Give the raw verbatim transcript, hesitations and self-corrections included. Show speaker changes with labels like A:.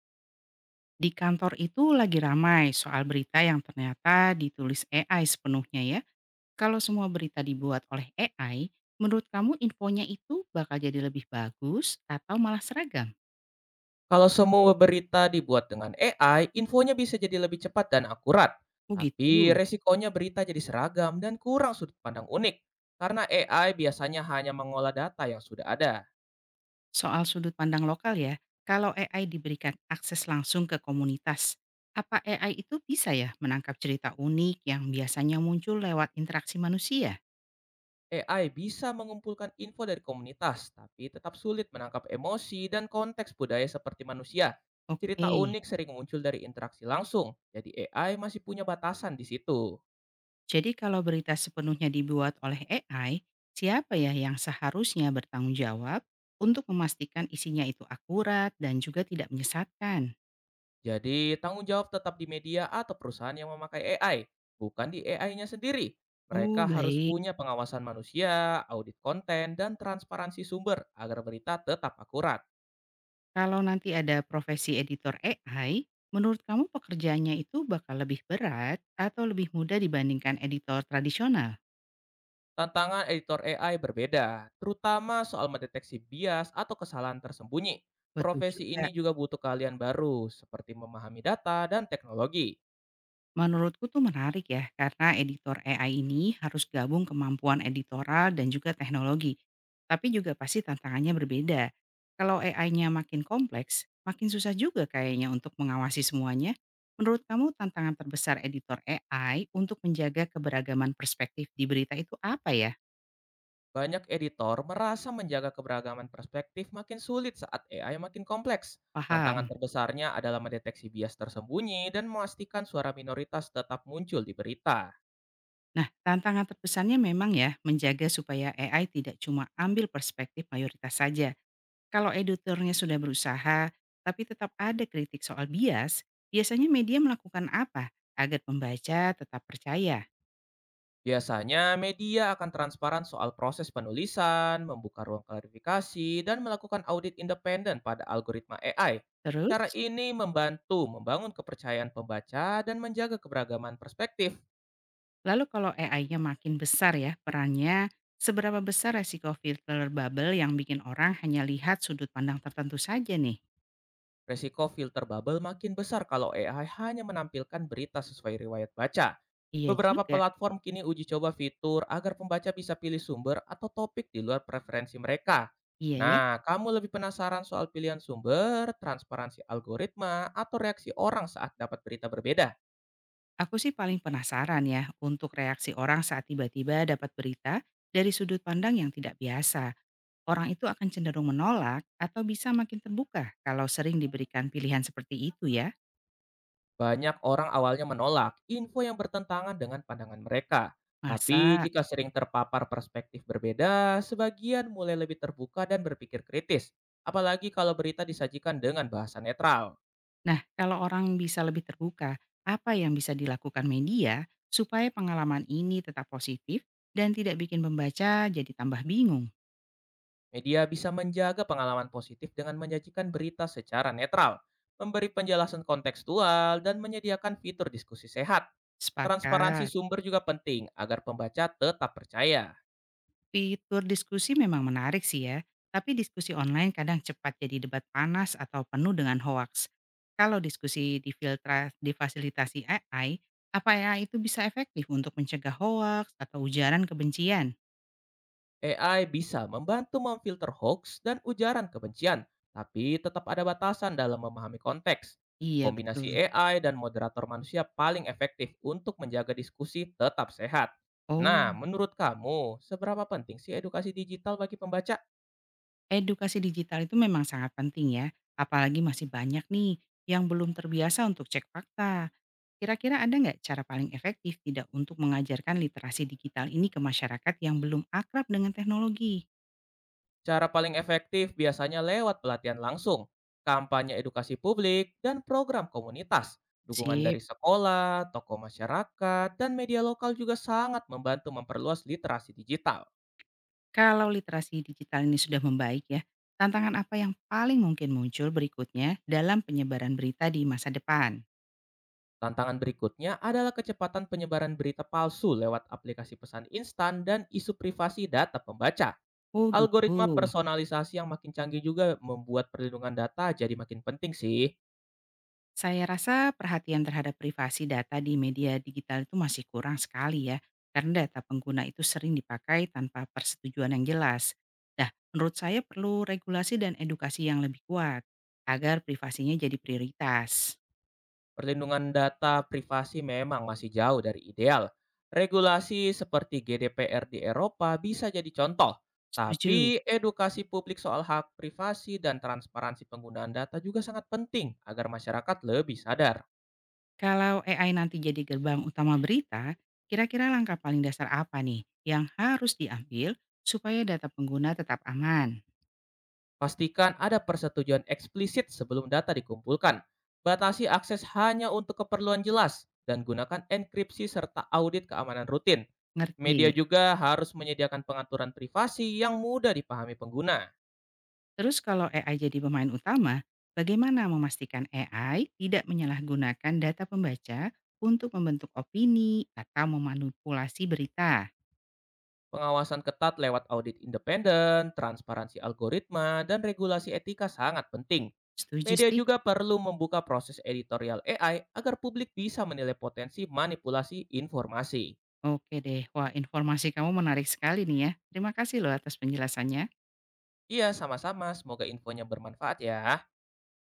A: Di kantor itu lagi ramai soal berita yang ternyata ditulis A I sepenuhnya ya. Kalau semua berita dibuat oleh A I, menurut kamu infonya itu bakal jadi lebih bagus atau malah seragam?
B: Kalau semua berita dibuat dengan A I, infonya bisa jadi lebih cepat dan akurat.
A: Oh
B: Tapi
A: gitu.
B: resikonya berita jadi seragam dan kurang sudut pandang unik. Karena A I biasanya hanya mengolah data yang sudah ada.
A: Soal sudut pandang lokal ya, kalau A I diberikan akses langsung ke komunitas, apa A I itu bisa ya menangkap cerita unik yang biasanya muncul lewat interaksi manusia?
B: A I bisa mengumpulkan info dari komunitas, tapi tetap sulit menangkap emosi dan konteks budaya seperti manusia. Cerita
A: Oke.
B: unik sering muncul dari interaksi langsung, jadi A I masih punya batasan di situ.
A: Jadi kalau berita sepenuhnya dibuat oleh A I, siapa ya yang seharusnya bertanggung jawab untuk memastikan isinya itu akurat dan juga tidak menyesatkan?
B: Jadi, tanggung jawab tetap di media atau perusahaan yang memakai A I, bukan di A I-nya-nya sendiri.
A: Oh,
B: Mereka harus
A: baik,
B: punya pengawasan manusia, audit konten, dan transparansi sumber agar berita tetap akurat.
A: kalau nanti ada profesi editor A I, menurut kamu pekerjaannya itu bakal lebih berat atau lebih mudah dibandingkan editor tradisional?
B: Tantangan editor A I berbeda, terutama soal mendeteksi bias atau kesalahan tersembunyi.
A: Betul
B: Profesi ini
A: juga.
B: juga butuh keahlian baru, seperti memahami data dan teknologi.
A: Menurutku tuh menarik ya, karena editor A I ini harus gabung kemampuan editorial dan juga teknologi. Tapi juga pasti tantangannya berbeda. Kalau A I-nya-nya makin kompleks, makin susah juga kayaknya untuk mengawasi semuanya. Menurut kamu tantangan terbesar editor A I untuk menjaga keberagaman perspektif di berita itu apa ya?
B: Banyak editor merasa menjaga keberagaman perspektif makin sulit saat A I makin kompleks. Tantangan
A: Paham.
B: terbesarnya adalah mendeteksi bias tersembunyi dan memastikan suara minoritas tetap muncul di berita.
A: Nah, tantangan terbesarnya memang ya menjaga supaya A I tidak cuma ambil perspektif mayoritas saja. Kalau editornya sudah berusaha, tapi tetap ada kritik soal bias, biasanya media melakukan apa agar pembaca tetap percaya?
B: Biasanya, media akan transparan soal proses penulisan, membuka ruang klarifikasi, dan melakukan audit independen pada algoritma A I. Cara
A: Terus,
B: ini membantu membangun kepercayaan pembaca dan menjaga keberagaman perspektif.
A: lalu kalau A I-nya-nya makin besar ya perannya, seberapa besar resiko filter bubble yang bikin orang hanya lihat sudut pandang tertentu saja nih?
B: Resiko filter bubble makin besar kalau A I hanya menampilkan berita sesuai riwayat baca.
A: Iya
B: Beberapa
A: juga,
B: platform kini uji coba fitur agar pembaca bisa pilih sumber atau topik di luar preferensi mereka.
A: iya ya.
B: Nah, kamu lebih penasaran soal pilihan sumber, transparansi algoritma, atau reaksi orang saat dapat berita berbeda?
A: Aku sih paling penasaran ya untuk reaksi orang saat tiba-tiba dapat berita dari sudut pandang yang tidak biasa. Orang itu akan cenderung menolak atau bisa makin terbuka kalau sering diberikan pilihan seperti itu ya.
B: Banyak orang awalnya menolak info yang bertentangan dengan pandangan mereka. Tapi
A: Masa?
B: jika sering terpapar perspektif berbeda, sebagian mulai lebih terbuka dan berpikir kritis. Apalagi kalau berita disajikan dengan bahasa netral.
A: Nah, kalau orang bisa lebih terbuka, apa yang bisa dilakukan media supaya pengalaman ini tetap positif dan tidak bikin pembaca jadi tambah bingung?
B: Media bisa menjaga pengalaman positif dengan menyajikan berita secara netral, memberi penjelasan kontekstual, dan menyediakan fitur diskusi sehat. Transparansi
A: Sepakat.
B: sumber juga penting agar pembaca tetap percaya.
A: Fitur diskusi memang menarik sih ya, tapi diskusi online kadang cepat jadi debat panas atau penuh dengan hoaks. Kalau diskusi difiltra difasilitasi A I, apa ya itu bisa efektif untuk mencegah hoaks atau ujaran kebencian?
B: A I bisa membantu memfilter hoax dan ujaran kebencian, tapi tetap ada batasan dalam memahami konteks.
A: Iya,
B: Kombinasi
A: betul.
B: A I dan moderator manusia paling efektif untuk menjaga diskusi tetap sehat.
A: Oh,
B: Nah, menurut kamu, seberapa penting sih edukasi digital bagi pembaca?
A: edukasi digital itu memang sangat penting ya, apalagi masih banyak nih yang belum terbiasa untuk cek fakta. Kira-kira ada nggak cara paling efektif tidak untuk mengajarkan literasi digital ini ke masyarakat yang belum akrab dengan teknologi?
B: Cara paling efektif biasanya lewat pelatihan langsung, kampanye edukasi publik, dan program komunitas. Dukungan
A: Sip.
B: dari sekolah, tokoh masyarakat, dan media lokal juga sangat membantu memperluas literasi digital.
A: Kalau literasi digital ini sudah membaik ya, tantangan apa yang paling mungkin muncul berikutnya dalam penyebaran berita di masa depan?
B: Tantangan berikutnya adalah kecepatan penyebaran berita palsu lewat aplikasi pesan instan dan isu privasi data pembaca.
A: Oh gitu.
B: Algoritma personalisasi yang makin canggih juga membuat perlindungan data jadi makin penting sih.
A: Saya rasa perhatian terhadap privasi data di media digital itu masih kurang sekali ya, karena data pengguna itu sering dipakai tanpa persetujuan yang jelas. Nah, menurut saya perlu regulasi dan edukasi yang lebih kuat agar privasinya jadi prioritas.
B: Perlindungan data privasi memang masih jauh dari ideal. Regulasi seperti G D P R di Eropa bisa jadi contoh, tapi
A: Setuju.
B: edukasi publik soal hak privasi dan transparansi penggunaan data juga sangat penting agar masyarakat lebih sadar.
A: Kalau A I nanti jadi gerbang utama berita, kira-kira langkah paling dasar apa nih yang harus diambil supaya data pengguna tetap aman?
B: Pastikan ada persetujuan eksplisit sebelum data dikumpulkan. Batasi akses hanya untuk keperluan jelas dan gunakan enkripsi serta audit keamanan rutin. Media
A: Ngerti.
B: juga harus menyediakan pengaturan privasi yang mudah dipahami pengguna.
A: Terus kalau A I jadi pemain utama, bagaimana memastikan A I tidak menyalahgunakan data pembaca untuk membentuk opini atau memanipulasi berita?
B: Pengawasan ketat lewat audit independen, transparansi algoritma, dan regulasi etika sangat penting.
A: Setuju
B: Media
A: sih?
B: juga perlu membuka proses editorial A I agar publik bisa menilai potensi manipulasi informasi.
A: Oke deh, wah informasi kamu menarik sekali nih ya. Terima kasih loh atas penjelasannya.
B: Iya, sama-sama. Semoga infonya bermanfaat ya.